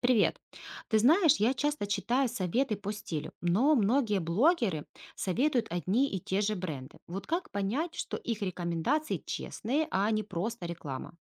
Привет. Ты знаешь, я часто читаю советы по стилю, но многие блогеры советуют одни и те же бренды. Вот как понять, что их рекомендации честные, а не просто реклама?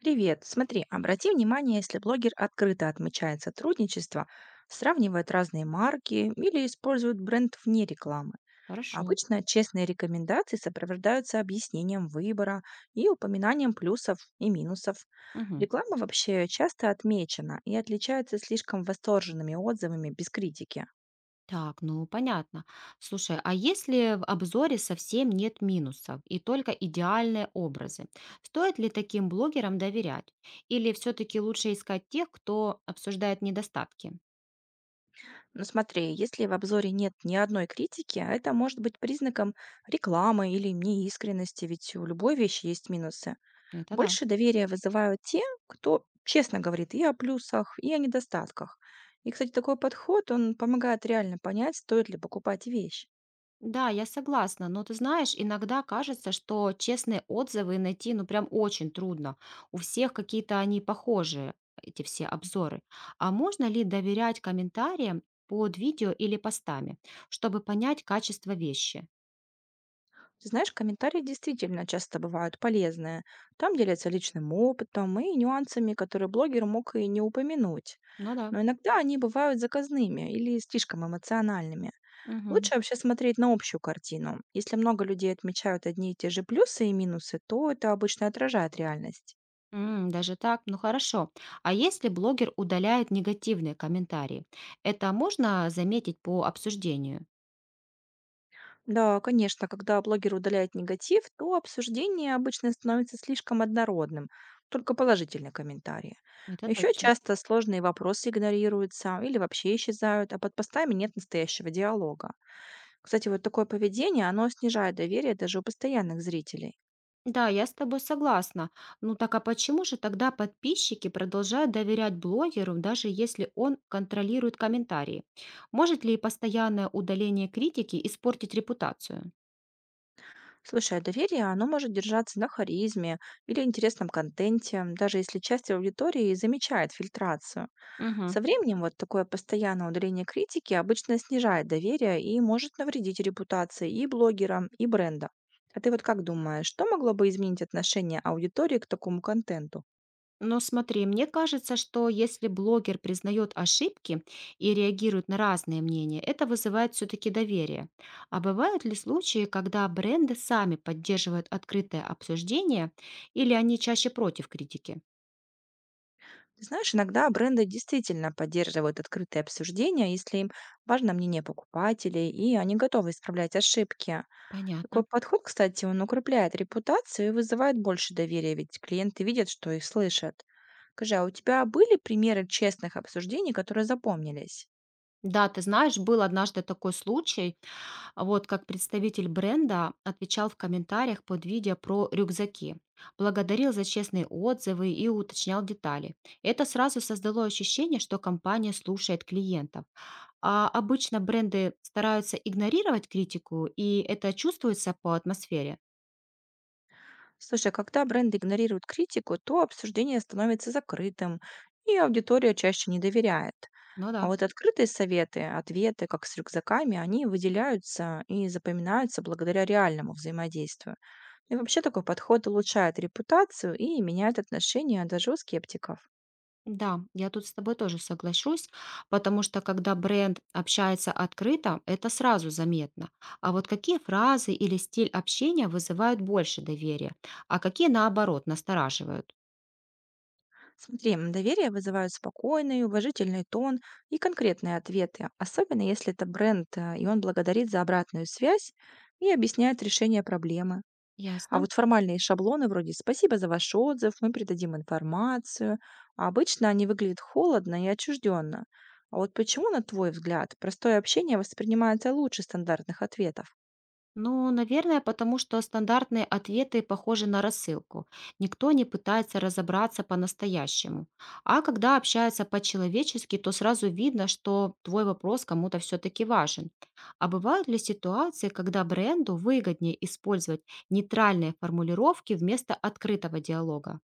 Привет. Смотри, обрати внимание, если блогер открыто отмечает сотрудничество, сравнивает разные марки или использует бренд вне рекламы. Хорошо. Обычно честные рекомендации сопровождаются объяснением выбора и упоминанием плюсов и минусов. Мгм. Реклама вообще часто отмечена и отличается слишком восторженными отзывами без критики. Так, ну понятно. Слушай, а если в обзоре совсем нет минусов и только идеальные образы, стоит ли таким блогерам доверять? Или все-таки лучше искать тех, кто обсуждает недостатки? Но смотри, если в обзоре нет ни одной критики, это может быть признаком рекламы или неискренности, ведь у любой вещи есть минусы. Это да. Больше доверия вызывают те, кто честно говорит и о плюсах, и о недостатках. И, кстати, такой подход, он помогает реально понять, стоит ли покупать вещь. Да, я согласна, но ты знаешь, иногда кажется, что честные отзывы найти, ну, прям очень трудно. У всех какие-то они похожие, эти все обзоры. А можно ли доверять комментариям под видео или постами, чтобы понять качество вещи? Ты знаешь, комментарии действительно часто бывают полезные. Там делятся личным опытом и нюансами, которые блогер мог и не упомянуть. Ну да. Но иногда они бывают заказными или слишком эмоциональными. Мгм. Лучше вообще смотреть на общую картину. Если много людей отмечают одни и те же плюсы и минусы, то это обычно отражает реальность. М, даже так, ну хорошо. А если блогер удаляет негативные комментарии, это можно заметить по обсуждению? Да, конечно, когда блогер удаляет негатив, то обсуждение обычно становится слишком однородным, только положительные комментарии. Это Еще точно. часто сложные вопросы игнорируются или вообще исчезают, а под постами нет настоящего диалога. Кстати, вот такое поведение, оно снижает доверие даже у постоянных зрителей. Да, я с тобой согласна. Ну так а почему же тогда подписчики продолжают доверять блогеру, даже если он контролирует комментарии? Может ли постоянное удаление критики испортить репутацию? Слушай, а доверие, оно может держаться на харизме или интересном контенте, даже если часть аудитории замечает фильтрацию. Мгм. Со временем вот такое постоянное удаление критики обычно снижает доверие и может навредить репутации и блогера, и бренда. А ты вот как думаешь, что могло бы изменить отношение аудитории к такому контенту? Но смотри, мне кажется, что если блогер признает ошибки и реагирует на разные мнения, это вызывает все-таки доверие. А бывают ли случаи, когда бренды сами поддерживают открытое обсуждение, или они чаще против критики? Ты знаешь, иногда бренды действительно поддерживают открытые обсуждения, если им важно мнение покупателей, и они готовы исправлять ошибки. Такой Понятно. подход, кстати, он укрепляет репутацию и вызывает больше доверия, ведь клиенты видят, что их слышат. Скажи, а у тебя были примеры честных обсуждений, которые запомнились? Да, ты знаешь, был однажды такой случай, а вот как представитель бренда отвечал в комментариях под видео про рюкзаки, благодарил за честные отзывы и уточнял детали. Это сразу создало ощущение, что компания слушает клиентов. А обычно бренды стараются игнорировать критику, и это чувствуется по атмосфере. Слушай, а когда бренды игнорируют критику, то обсуждение становится закрытым, и аудитория чаще не доверяет. Ну А да. вот открытые советы, ответы, как с рюкзаками, они выделяются и запоминаются благодаря реальному взаимодействию. И вообще такой подход улучшает репутацию и меняет отношения даже у скептиков. Да, я тут с тобой тоже соглашусь, потому что когда бренд общается открыто, это сразу заметно. А вот какие фразы или стиль общения вызывают больше доверия, а какие наоборот настораживают? Смотри, доверие вызывают спокойный, уважительный тон и конкретные ответы, особенно если это бренд, и он благодарит за обратную связь и объясняет решение проблемы. А Ясно. вот формальные шаблоны вроде «Спасибо за ваш отзыв, мы передадим информацию», а обычно они выглядят холодно и отчужденно. А вот почему, на твой взгляд, простое общение воспринимается лучше стандартных ответов? Ну, наверное, потому что стандартные ответы похожи на рассылку. Никто не пытается разобраться по-настоящему. А когда общаются по-человечески, то сразу видно, что твой вопрос кому-то все-таки важен. А бывают ли ситуации, когда бренду выгоднее использовать нейтральные формулировки вместо открытого диалога?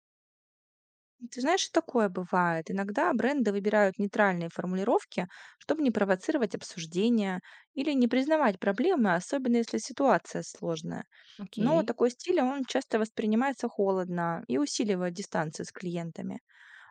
Ты знаешь, и такое бывает. Иногда бренды выбирают нейтральные формулировки, чтобы не провоцировать обсуждения или не признавать проблемы, особенно если ситуация сложная. Но Окей. такой стиль, он часто воспринимается холодно и усиливает дистанцию с клиентами.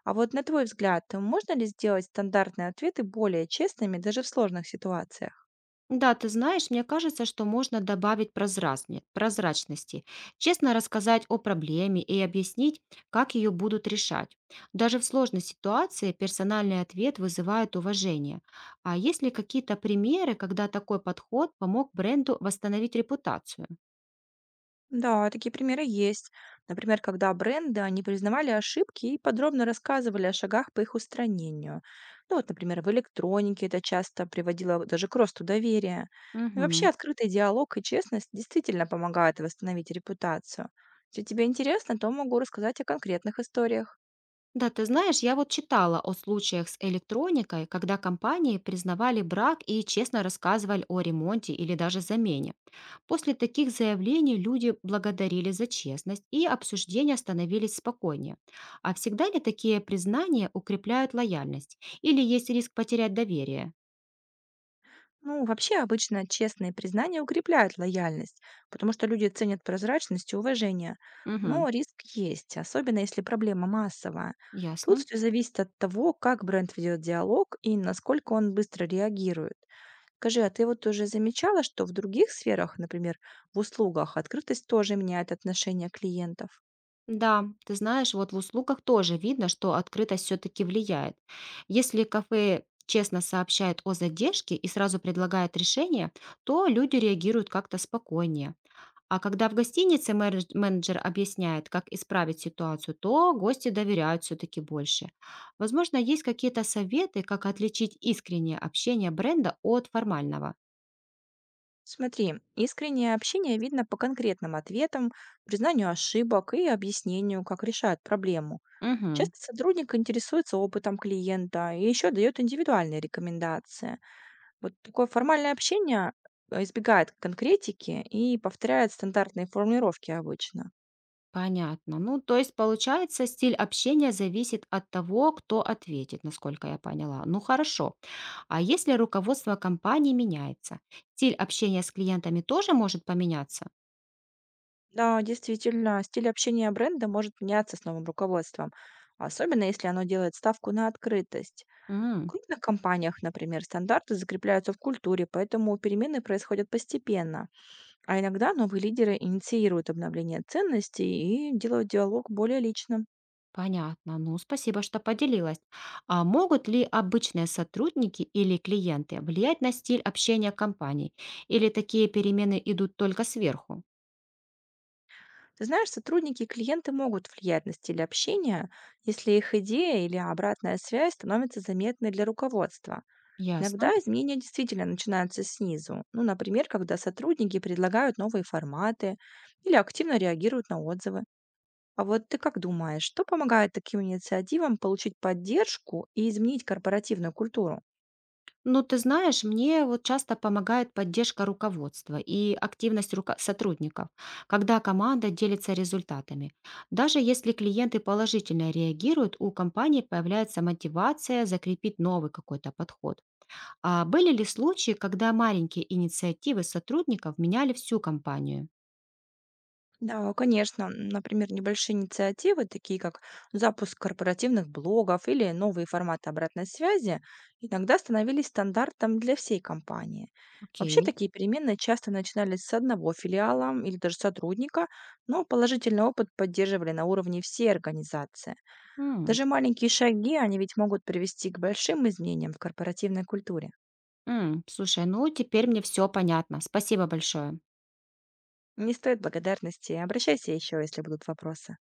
А вот на твой взгляд, можно ли сделать стандартные ответы более честными даже в сложных ситуациях? Да, ты знаешь, мне кажется, что можно добавить прозрачности, честно рассказать о проблеме и объяснить, как ее будут решать. Даже в сложной ситуации персональный ответ вызывает уважение. А есть ли какие-то примеры, когда такой подход помог бренду восстановить репутацию? Да, такие примеры есть. Например, когда бренды, они признавали ошибки и подробно рассказывали о шагах по их устранению. Ну вот, например, в электронике это часто приводило даже к росту доверия. Ну и вообще Мгм. открытый диалог и честность действительно помогают восстановить репутацию. Если тебе интересно, то могу рассказать о конкретных историях. Да, ты знаешь, я вот читала о случаях с электроникой, когда компании признавали брак и честно рассказывали о ремонте или даже замене. После таких заявлений люди благодарили за честность, и обсуждения становились спокойнее. А всегда ли такие признания укрепляют лояльность? Или есть риск потерять доверие? Ну, вообще обычно честные признания укрепляют лояльность, потому что люди ценят прозрачность и уважение. Угу, Но риск есть, особенно если проблема массовая. Тут ясно. все зависит от того, как бренд ведет диалог и насколько он быстро реагирует. Скажи, а ты вот уже замечала, что в других сферах, например, в услугах, открытость тоже меняет отношение клиентов? Да, ты знаешь, вот в услугах тоже видно, что открытость все-таки влияет. Если кафе честно сообщает о задержке и сразу предлагает решение, то люди реагируют как-то спокойнее. А когда в гостинице менеджер объясняет, как исправить ситуацию, то гости доверяют все-таки больше. Возможно, есть какие-то советы, как отличить искреннее общение бренда от формального. Смотри, искреннее общение видно по конкретным ответам, признанию ошибок и объяснению, как решают проблему. Мгм. Часто сотрудник интересуется опытом клиента и еще дает индивидуальные рекомендации. Вот такое формальное общение избегает конкретики и повторяет стандартные формулировки обычно. Понятно. Ну, то есть, получается, стиль общения зависит от того, кто ответит, насколько я поняла. Ну, хорошо. А если руководство компании меняется, стиль общения с клиентами тоже может поменяться? Да, действительно, стиль общения бренда может меняться с новым руководством, особенно если оно делает ставку на открытость. В М, крупных компаниях, например, стандарты закрепляются в культуре, поэтому перемены происходят постепенно. А иногда новые лидеры инициируют обновление ценностей и делают диалог более личным. понятно. Ну, спасибо, что поделилась. А могут ли обычные сотрудники или клиенты влиять на стиль общения компании? Или такие перемены идут только сверху? Ты знаешь, сотрудники и клиенты могут влиять на стиль общения, если их идея или обратная связь становится заметной для руководства. Ясно. Иногда изменения действительно начинаются снизу. Ну, например, когда сотрудники предлагают новые форматы или активно реагируют на отзывы. А вот ты как думаешь, что помогает таким инициативам получить поддержку и изменить корпоративную культуру? Ну, ты знаешь, мне вот часто помогает поддержка руководства и активность сотрудников, когда команда делится результатами. Даже если клиенты положительно реагируют, у компании появляется мотивация закрепить новый какой-то подход. А были ли случаи, когда маленькие инициативы сотрудников меняли всю компанию? Да, конечно. Например, небольшие инициативы, такие как запуск корпоративных блогов или новые форматы обратной связи, иногда становились стандартом для всей компании. Вообще Окей. такие перемены часто начинались с одного филиала или даже сотрудника, но положительный опыт поддерживали на уровне всей организации. М, Даже маленькие шаги, они ведь могут привести к большим изменениям в корпоративной культуре. Слушай, ну теперь мне все понятно. Спасибо большое. Не стоит благодарности. Обращайся еще, если будут вопросы.